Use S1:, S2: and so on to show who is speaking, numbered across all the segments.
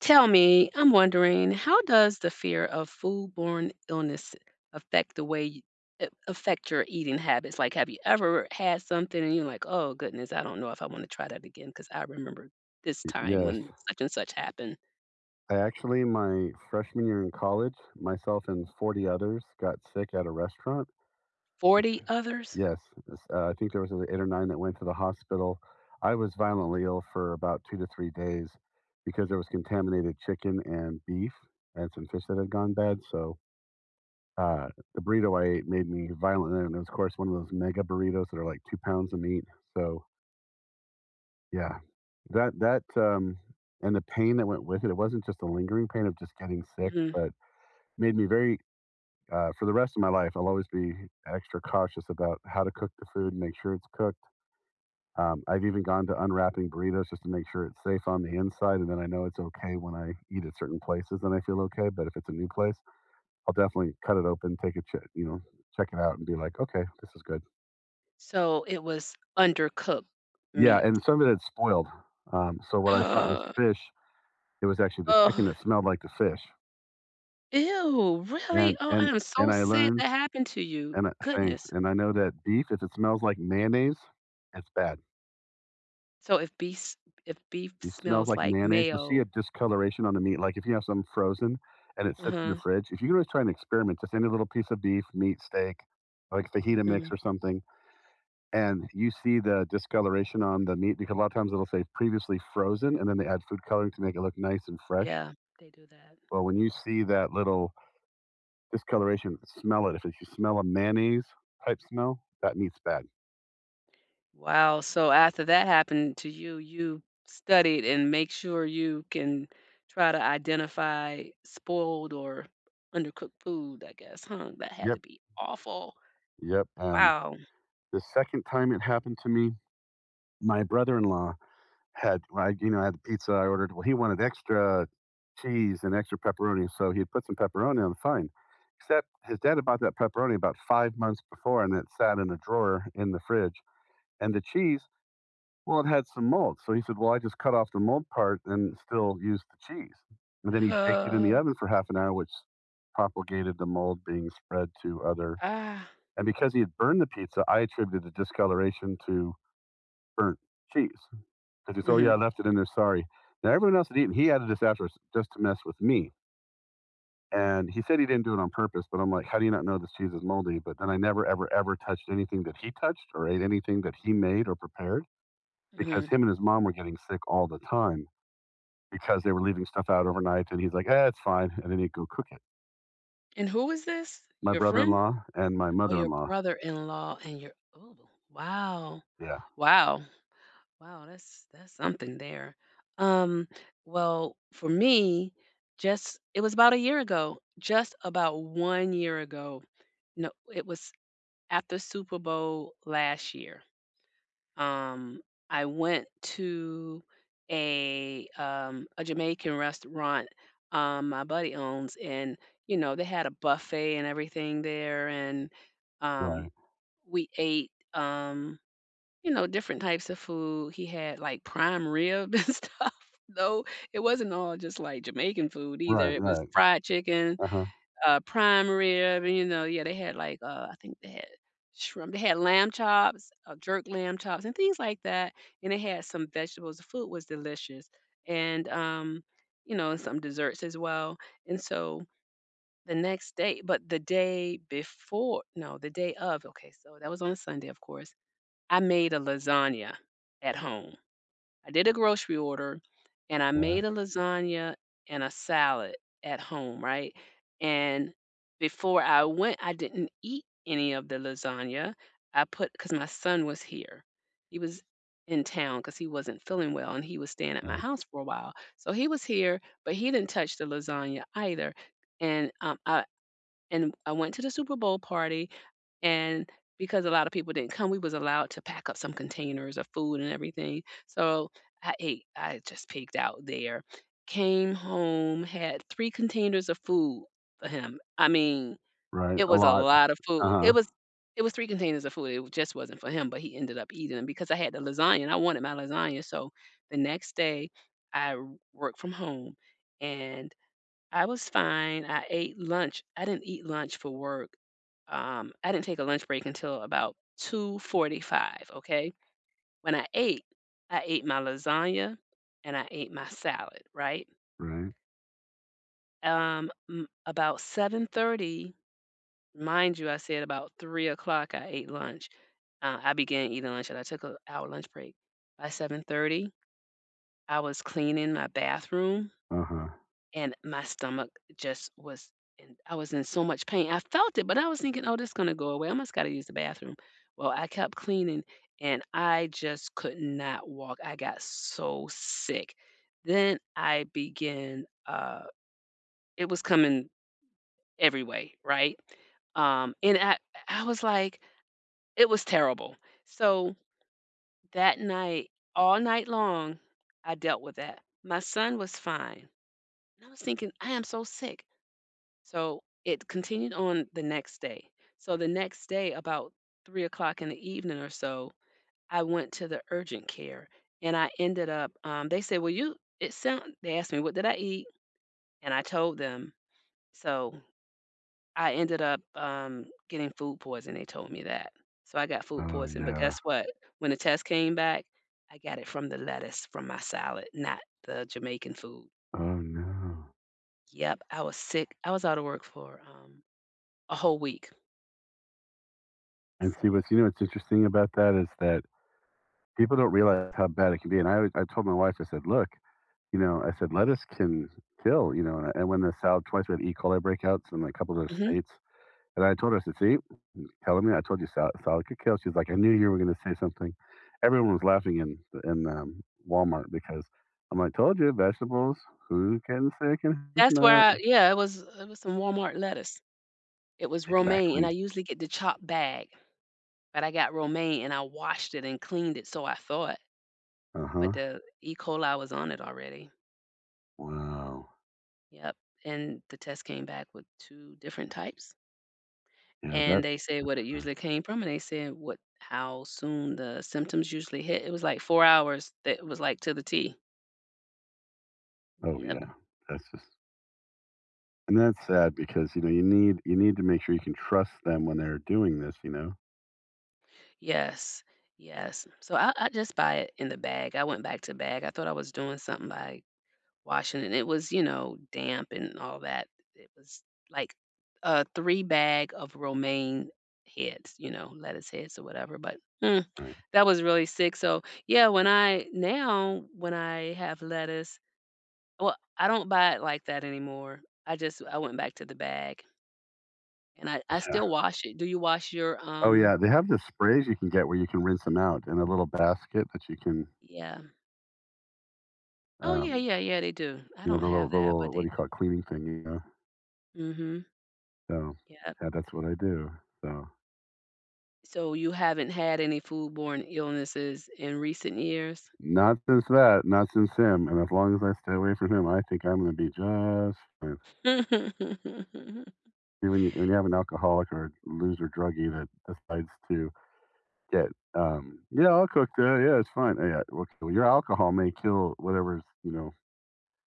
S1: Tell me, I'm wondering, how does the fear of foodborne illness affect the way you, affect your eating habits? Like, have you ever had something and you're like, "Oh goodness, I don't know if I want to try that again because I remember this time
S2: Yes.
S1: when such and such happened."
S2: I actually, my freshman year in college, myself and 40 others got sick at a restaurant.
S1: 40 others?
S2: Yes. I think there was eight or nine that went to the hospital. I was violently ill for about 2 to 3 days because there was contaminated chicken and beef and some fish that had gone bad. So the burrito I ate made me violent. And it was, of course, one of those mega burritos that are like 2 pounds of meat. So yeah, that, that, um, and the pain that went with it, it wasn't just the lingering pain of just getting sick,
S1: Mhm.
S2: but Made me very for the rest of my life, I'll always be extra cautious about how to cook the food and make sure it's cooked. I've even gone to unwrapping burritos just to make sure it's safe on the inside, and then I know it's okay when I eat at certain places, and I feel okay. But if it's a new place, I'll definitely cut it open, take a check it out, and be like, okay, this is good.
S1: So it was undercooked
S2: Yeah,
S1: meat.
S2: and some of it had spoiled. So what I thought was
S1: Oh.
S2: fish, it was actually the chicken that smelled like the fish.
S1: Ew, really?
S2: And
S1: Oh, I
S2: and
S1: am
S2: and
S1: so
S2: I
S1: sad
S2: learned,
S1: that happened to you. Goodness.
S2: and I know that beef, if it smells like mayonnaise, it's bad.
S1: So if beef
S2: It smells
S1: smells
S2: like
S1: like
S2: mayonnaise. You'll see
S1: mayo.
S2: a discoloration on the meat. Like if you have some frozen and it sits in the
S1: Uh-huh.
S2: fridge, if you can always try and experiment, just any little piece of beef, meat, steak, like fajita mix
S1: Mhm.
S2: or something, and you see the discoloration on the meat because a lot of times it'll say previously frozen and then they add food coloring to make it look nice and fresh.
S1: Yeah, they do that.
S2: Well, when you see that little discoloration, smell it. If you smell a mayonnaise type smell, that meat's bad.
S1: Wow, so after that happened to you, you studied and make sure you can try to identify spoiled or undercooked food, I guess, huh? That had
S2: Yep.
S1: to be awful.
S2: Yep. And
S1: Wow.
S2: the second time it happened to me, my brother in law Had I you know, I had the pizza I ordered, well, he wanted extra cheese and extra pepperoni, so he had put some pepperoni on, fine. Except his dad had bought that pepperoni about 5 months before, and it sat in a drawer in the fridge, and the cheese, well, it had some mold, so he said, "Well, I just cut off the mold part and still used the cheese." And then he baked it in the
S1: Uh,
S2: oven for half an hour, which propagated the mold being spread to other,
S1: ah.
S2: and because he had burned the pizza, I attributed the discoloration to burnt cheese. I just, oh yeah,
S1: Mhm.
S2: I left it in there. Sorry. Now everyone else had eaten. He added this after just to mess with me. And he said he didn't do it on purpose, but I'm like, how do you not know this cheese is moldy? But then I never, ever, ever touched anything that he touched or ate anything that he made or prepared because
S1: Mhm.
S2: him and his mom were getting sick all the time because they were leaving stuff out overnight. And he's like, eh, it's fine. And then he'd go cook it.
S1: And who is this?
S2: My
S1: Your
S2: brother in
S1: friend?
S2: law and my
S1: Oh,
S2: mother in
S1: your
S2: law.
S1: brother-in-law and your. Oh, wow.
S2: Yeah.
S1: Wow. Wow, that's something there. Um, well, for me, just it was about a year ago, just about 1 year ago. No, it was after Super Bowl last year. Um, I went to a Jamaican restaurant my buddy owns, and you know, they had a buffet and everything there. And um
S2: Right.
S1: we ate, you know, different types of food. He had, like, prime rib and stuff, though it wasn't all just, like, Jamaican food
S2: Right.
S1: either. It was
S2: Right.
S1: fried chicken,
S2: Uh huh.
S1: prime rib, and, you know, yeah, they had, like, I think they had shrimp. They had lamb chops, jerk lamb chops, and things like that, and they had some vegetables. The food was delicious, and, you know, some desserts as well, and so the next day, but the day before, no, the day of, okay, so that was on a Sunday, of course. I made a lasagna at home. I did a grocery order, and I
S2: Right.
S1: made a lasagna and a salad at home, right? And before I went, I didn't eat any of the lasagna. I put, because my son was here. He was in town because he wasn't feeling well and he was staying at my
S2: Right.
S1: house for a while. So he was here, but he didn't touch the lasagna either. And I, and I went to the Super Bowl party, and because a lot of people didn't come, we was allowed to pack up some containers of food and everything. So I ate. I just pigged out there. Came home, had 3 containers of food for him. I mean,
S2: Right.
S1: it
S2: A
S1: was a
S2: lot.
S1: lot of
S2: Uh
S1: food.
S2: huh.
S1: It was 3 containers of food. It just wasn't for him, but he ended up eating them because I had the lasagna, and I wanted my lasagna. So the next day, I worked from home, and I was fine. I ate lunch. I didn't eat lunch for work. I didn't take a lunch break until about 2:45, okay? When I ate my lasagna and I ate my salad, right?
S2: Right.
S1: About 7:30, mind you, I said about 3 o'clock I ate lunch. I began eating lunch and I took an hour lunch break. By 7:30, I was cleaning my bathroom.
S2: Uh huh.
S1: And my stomach just was in, I was in so much pain. I felt it, but I was thinking, "Oh, this is gonna go away. I must gotta use the bathroom." Well, I kept cleaning, and I just could not walk. I got so sick. Then I began, it was coming every way, right? And I was like, it was terrible. So, that night, all night long, I dealt with that. My son was fine. And I was thinking, "I am so sick." So it continued on the next day. So the next day, about 3 o'clock in the evening or so, I went to the urgent care, and I ended up, they said, well, you, it sound, they asked me, what did I eat? And I told them. So I ended up, getting food poisoning. They told me that. So I got food
S2: Oh,
S1: poisoning. But
S2: yeah.
S1: guess what? When the test came back, I got it from the lettuce from my salad, not the Jamaican food.
S2: Oh, no.
S1: Yep, I was sick. I was out of work for a whole week.
S2: And see,
S1: So,
S2: what's interesting about that is that people don't realize how bad it can be, and I told my wife, I said, "Look," you know, I said, "Lettuce can kill," you know, and I, and when the salad twice we had E. coli breakouts in, like, a couple of those
S1: mhm.
S2: states, and I told her, I said, "See, telling me, I told you salad, salad could kill." She's like, "I knew you were gonna say something." Everyone was laughing in in, um, Walmart because I'm like, "Told you, vegetables, who can say it can who's
S1: That's where
S2: not?"
S1: I, yeah, it was some Walmart lettuce. It was romaine, and
S2: Exactly.
S1: I usually get the chopped bag, but I got romaine, and I washed it and cleaned it, so I thought,
S2: Uh-huh.
S1: but the E. coli was on it already.
S2: Wow.
S1: Yep, and the test came back with 2 different types,
S2: Yeah, that
S1: and they said what it usually came from, and they said what, how soon the symptoms usually hit. It was like 4 hours that it was, like, to the T.
S2: Oh,
S1: Yep.
S2: yeah. That's just And that's sad because, you know, you need to make sure you can trust them when they're doing this, you know?
S1: Yes, yes. So I just buy it in the bag. I went back to bag. I thought I was doing something by Washington, it was, you know, damp and all that. It was like a 3 bag of romaine heads, you know, lettuce heads or whatever, but, mm,
S2: Right.
S1: that was really sick, so, yeah, when I, now, when I have lettuce, well, I don't buy it like that anymore. I just, I went back to the bag, and I still
S2: Yeah.
S1: wash it. Do you wash your,
S2: Oh, yeah, they have the sprays you can get where you can rinse them out in a little basket that you can,
S1: yeah. Oh, yeah,
S2: um,
S1: yeah, yeah, they do. I
S2: you know,
S1: don't
S2: the little
S1: have
S2: the
S1: that,
S2: little,
S1: but
S2: what do
S1: they
S2: you call it, cleaning thing, you know?
S1: do. Mhm.
S2: So,
S1: Yeah.
S2: yeah, that's what I do. So,
S1: So you haven't had any foodborne illnesses in recent years?
S2: not since that, not since him, and as long as I stay away from him, I think I'm gonna be just fine. See, when you have an alcoholic or a loser druggie that decides to Yeah, yeah, I'll cook that, yeah, it's fine. Yeah, okay, well, your alcohol may kill whatever's, you know,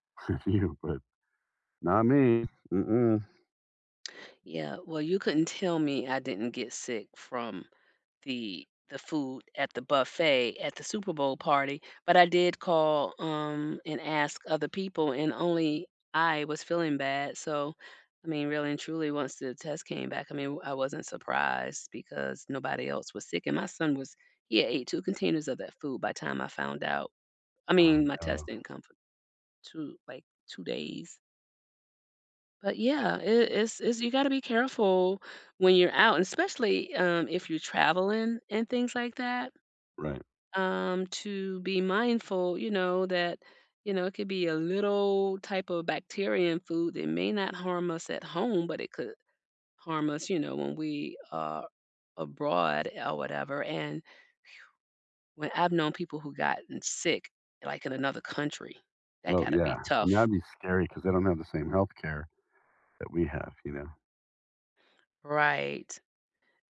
S2: with you, but not me. Mm-mm.
S1: Yeah, well, you couldn't tell me I didn't get sick from the food at the buffet at the Super Bowl party, but I did call, and ask other people, and only I was feeling bad, so, I mean, really and truly, once the test came back, I mean, I wasn't surprised because nobody else was sick, and my son was, he had ate 2 containers of that food by the time I found out. I
S2: Oh,
S1: mean, my test
S2: no.
S1: didn't come for two like 2 days. But yeah, it's it's you gotta be careful when you're out, and especially if you're traveling and things like that.
S2: Right.
S1: To be mindful, you know, that you know it could be a little type of bacteria in food that may not harm us at home, but it could harm us, you know, when we are abroad or whatever. And when I've known people who gotten sick, like in another country, that
S2: Oh,
S1: gotta
S2: yeah,
S1: be tough,
S2: and that'd be scary because they don't have the same health care that we have, you know?
S1: right?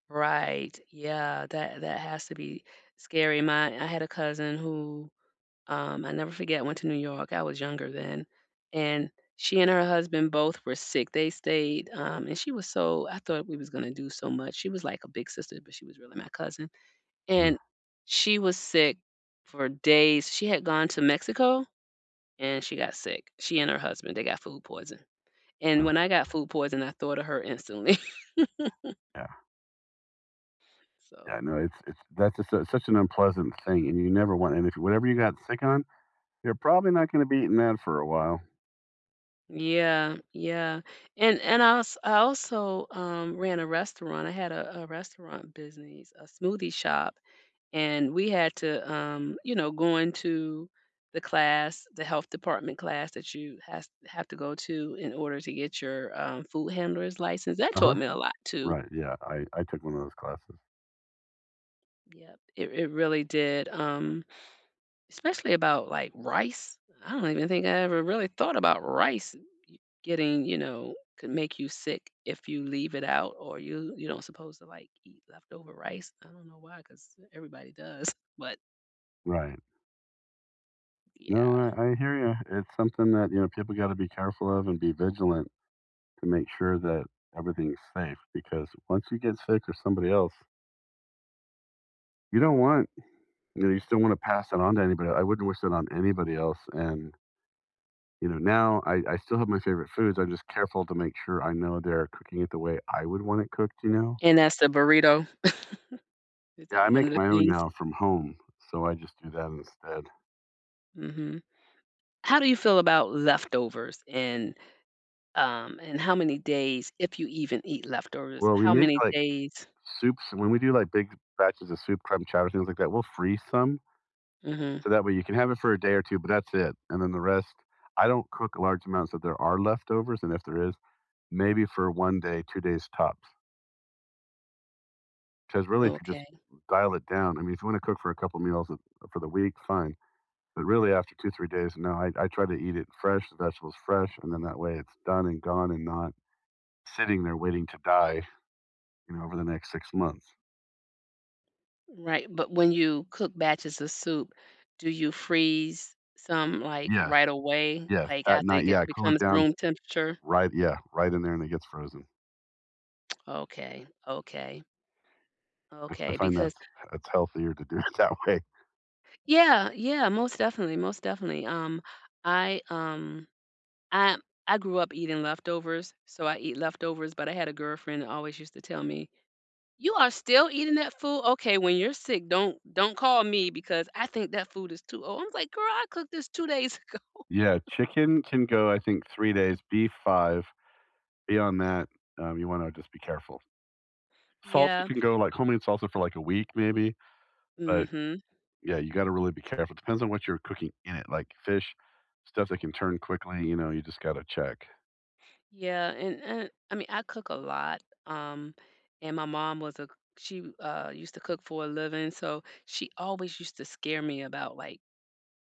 S1: Right. Yeah, that that has to be scary. My, I had a cousin who I never forget went to New York. I was younger then. And she and her husband both were sick. They stayed, and she was, so I thought we was going to do so much. She was like a big sister, but she was really my cousin.
S2: Mm,
S1: And she was sick for days. She had gone to Mexico and she got sick. She and her husband, they got food poison. And
S2: oh,
S1: when I got food poison, I thought of her instantly.
S2: yeah. Yeah,
S1: So.
S2: no, it's that's just su such an unpleasant thing, and you never want and if whatever you got sick on, you're probably not gonna be eating that for a while.
S1: Yeah, yeah, and I als, I also, ran a restaurant. I had a restaurant business, a smoothie shop, and we had to, you know, go into the class, the health department class that you has have to go to in order to get your, food handler's license. That
S2: Uh-huh.
S1: taught me a lot too.
S2: Right, yeah, I took one of those classes.
S1: Yep, it really did, especially about, like, rice. I don't even think I ever really thought about rice, y getting, you know, could make you sick if you leave it out or you don't supposed to, like, eat leftover rice. I don't know why, because everybody does, but
S2: Right. No,
S1: yeah.
S2: I hear you. It's something that you know people got to be careful of and be vigilant to make sure that everything's safe. Because once you get sick or somebody else, you don't want you know you still want to pass it on to anybody. I wouldn't wish it on anybody else. And you know now I still have my favorite foods. I'm just careful to make sure I know they're cooking it the way I would want it cooked. You know.
S1: And that's the burrito. Is
S2: Yeah,
S1: that
S2: I
S1: one
S2: make
S1: of the
S2: my own
S1: things?
S2: now from home, so I just do that instead.
S1: Mhm. How do you feel about leftovers, and how many days, if you even eat leftovers,
S2: Well, we
S1: how
S2: make
S1: many
S2: like
S1: days.
S2: soups when we do like big batches of soup, crumb chowder, things like that. We'll freeze some
S1: Mhm.
S2: so that way you can have it for a day or 2, but that's it, and then the rest I don't cook large amounts if there are leftovers, and if there is, maybe for 1 day, 2 days tops. Because really, if you just
S1: Okay.
S2: dial it down I mean, if you wanna cook for a couple meals of for the week, fine, but really after 2, 3 days, no, I try to eat it fresh, the vegetables fresh, and then that way it's done and gone and not sitting there waiting to die, you know, over the next 6 months.
S1: Right, but when you cook batches of soup, do you freeze some, like,
S2: Yes,
S1: right away,
S2: yes,
S1: like,
S2: that
S1: after it
S2: night,
S1: get
S2: yeah, cool it
S1: becomes
S2: down,
S1: room temperature?
S2: right yeah, right in there, and it gets frozen.
S1: Okay, okay,
S2: I
S1: okay,
S2: find that
S1: because
S2: it's healthier to do it that way.
S1: yeah, yeah, most definitely, I, I I grew up eating leftovers, so I eat leftovers, but I had a girlfriend that always used to tell me, "You are still eating that food? Okay, when you're sick, don't call me because I think that food is too old." I am like, "Girl, I cooked this 2 days ago."
S2: Yeah, chicken can go, I think, 3 days, beef 5. Beyond that, you wanna just be careful. Salsa
S1: Yeah,
S2: can go, like, homemade salsa for, like, a week maybe, but,
S1: mhm.
S2: yeah, you gotta really be careful. Depends on what you're cooking in it, like fish, stuff that can turn quickly, you know, you just gotta check.
S1: Yeah, and I mean, I cook a lot. And my mom was a, she used to cook for a living, so she always used to scare me about, like,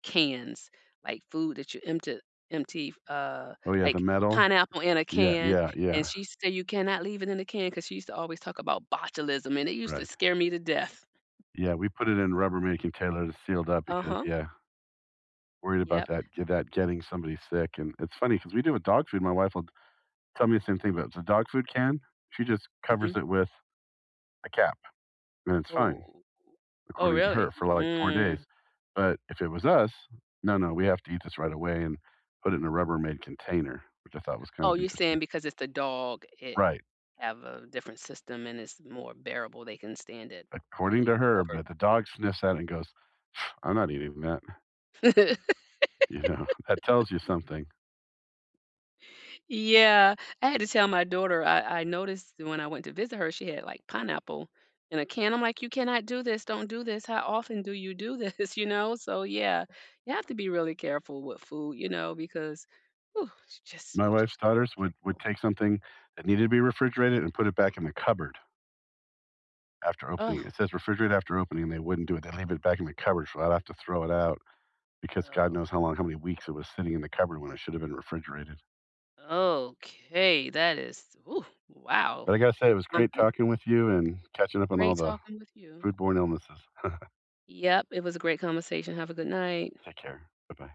S1: cans, like food that you empty, empty uh
S2: Oh, yeah, the
S1: like
S2: metal.
S1: pineapple in a
S2: Yeah,
S1: can.
S2: yeah,
S1: And
S2: yeah,
S1: she said you cannot leave it in a can because she used to always talk about botulism and it used to
S2: right.
S1: scare me to death.
S2: Yeah, we put it in Rubbermaid containers sealed up because,
S1: Uh-huh.
S2: yeah, worried about
S1: Yep.
S2: that getting somebody sick, and it's funny because we do with dog food, my wife will tell me the same thing, but the dog food can, she just covers
S1: Hmm.
S2: it with a cap. And it's fine,
S1: Oh, oh
S2: according to her,
S1: really?
S2: for like 4 days.
S1: Mm.
S2: But if it was us, no, no, we have to eat this right away and put it in a Rubbermaid container, which I thought was kind
S1: Oh,
S2: of
S1: you're
S2: interesting.
S1: saying because it's the dog, it
S2: Right,
S1: have a different system and it's more bearable, they can stand it
S2: according to
S1: being
S2: her, but the dog sniffs at it and goes, "I'm not eating that,"
S1: covered.
S2: you know, that tells you something.
S1: Yeah, I had to tell my daughter, I noticed when I went to visit her, she had, like, pineapple in a can, I'm like, "You cannot do this, don't do this, how often do you do this?" You know? So, yeah, you have to be really careful with food, you know, because, ooh, it's just,
S2: My
S1: you
S2: wife's
S1: just gotta
S2: daughters
S1: be
S2: would
S1: careful.
S2: take something that needed to be refrigerated and put it back in the cupboard after opening it.
S1: Oh,
S2: It says refrigerate after opening, and they wouldn't do it. They leave it back in the cupboard, so I'd have to throw it out because God knows how long, how many weeks it was sitting in the cupboard when it should have been refrigerated.
S1: oh, okay, that is, ooh, wow,
S2: But I gotta say, it
S1: that's
S2: was great
S1: something.
S2: talking with you and catching up on all
S1: Great
S2: the
S1: talking with you.
S2: foodborne illnesses.
S1: Yep, it was a great conversation. Have a good night.
S2: Take care. Bye-bye.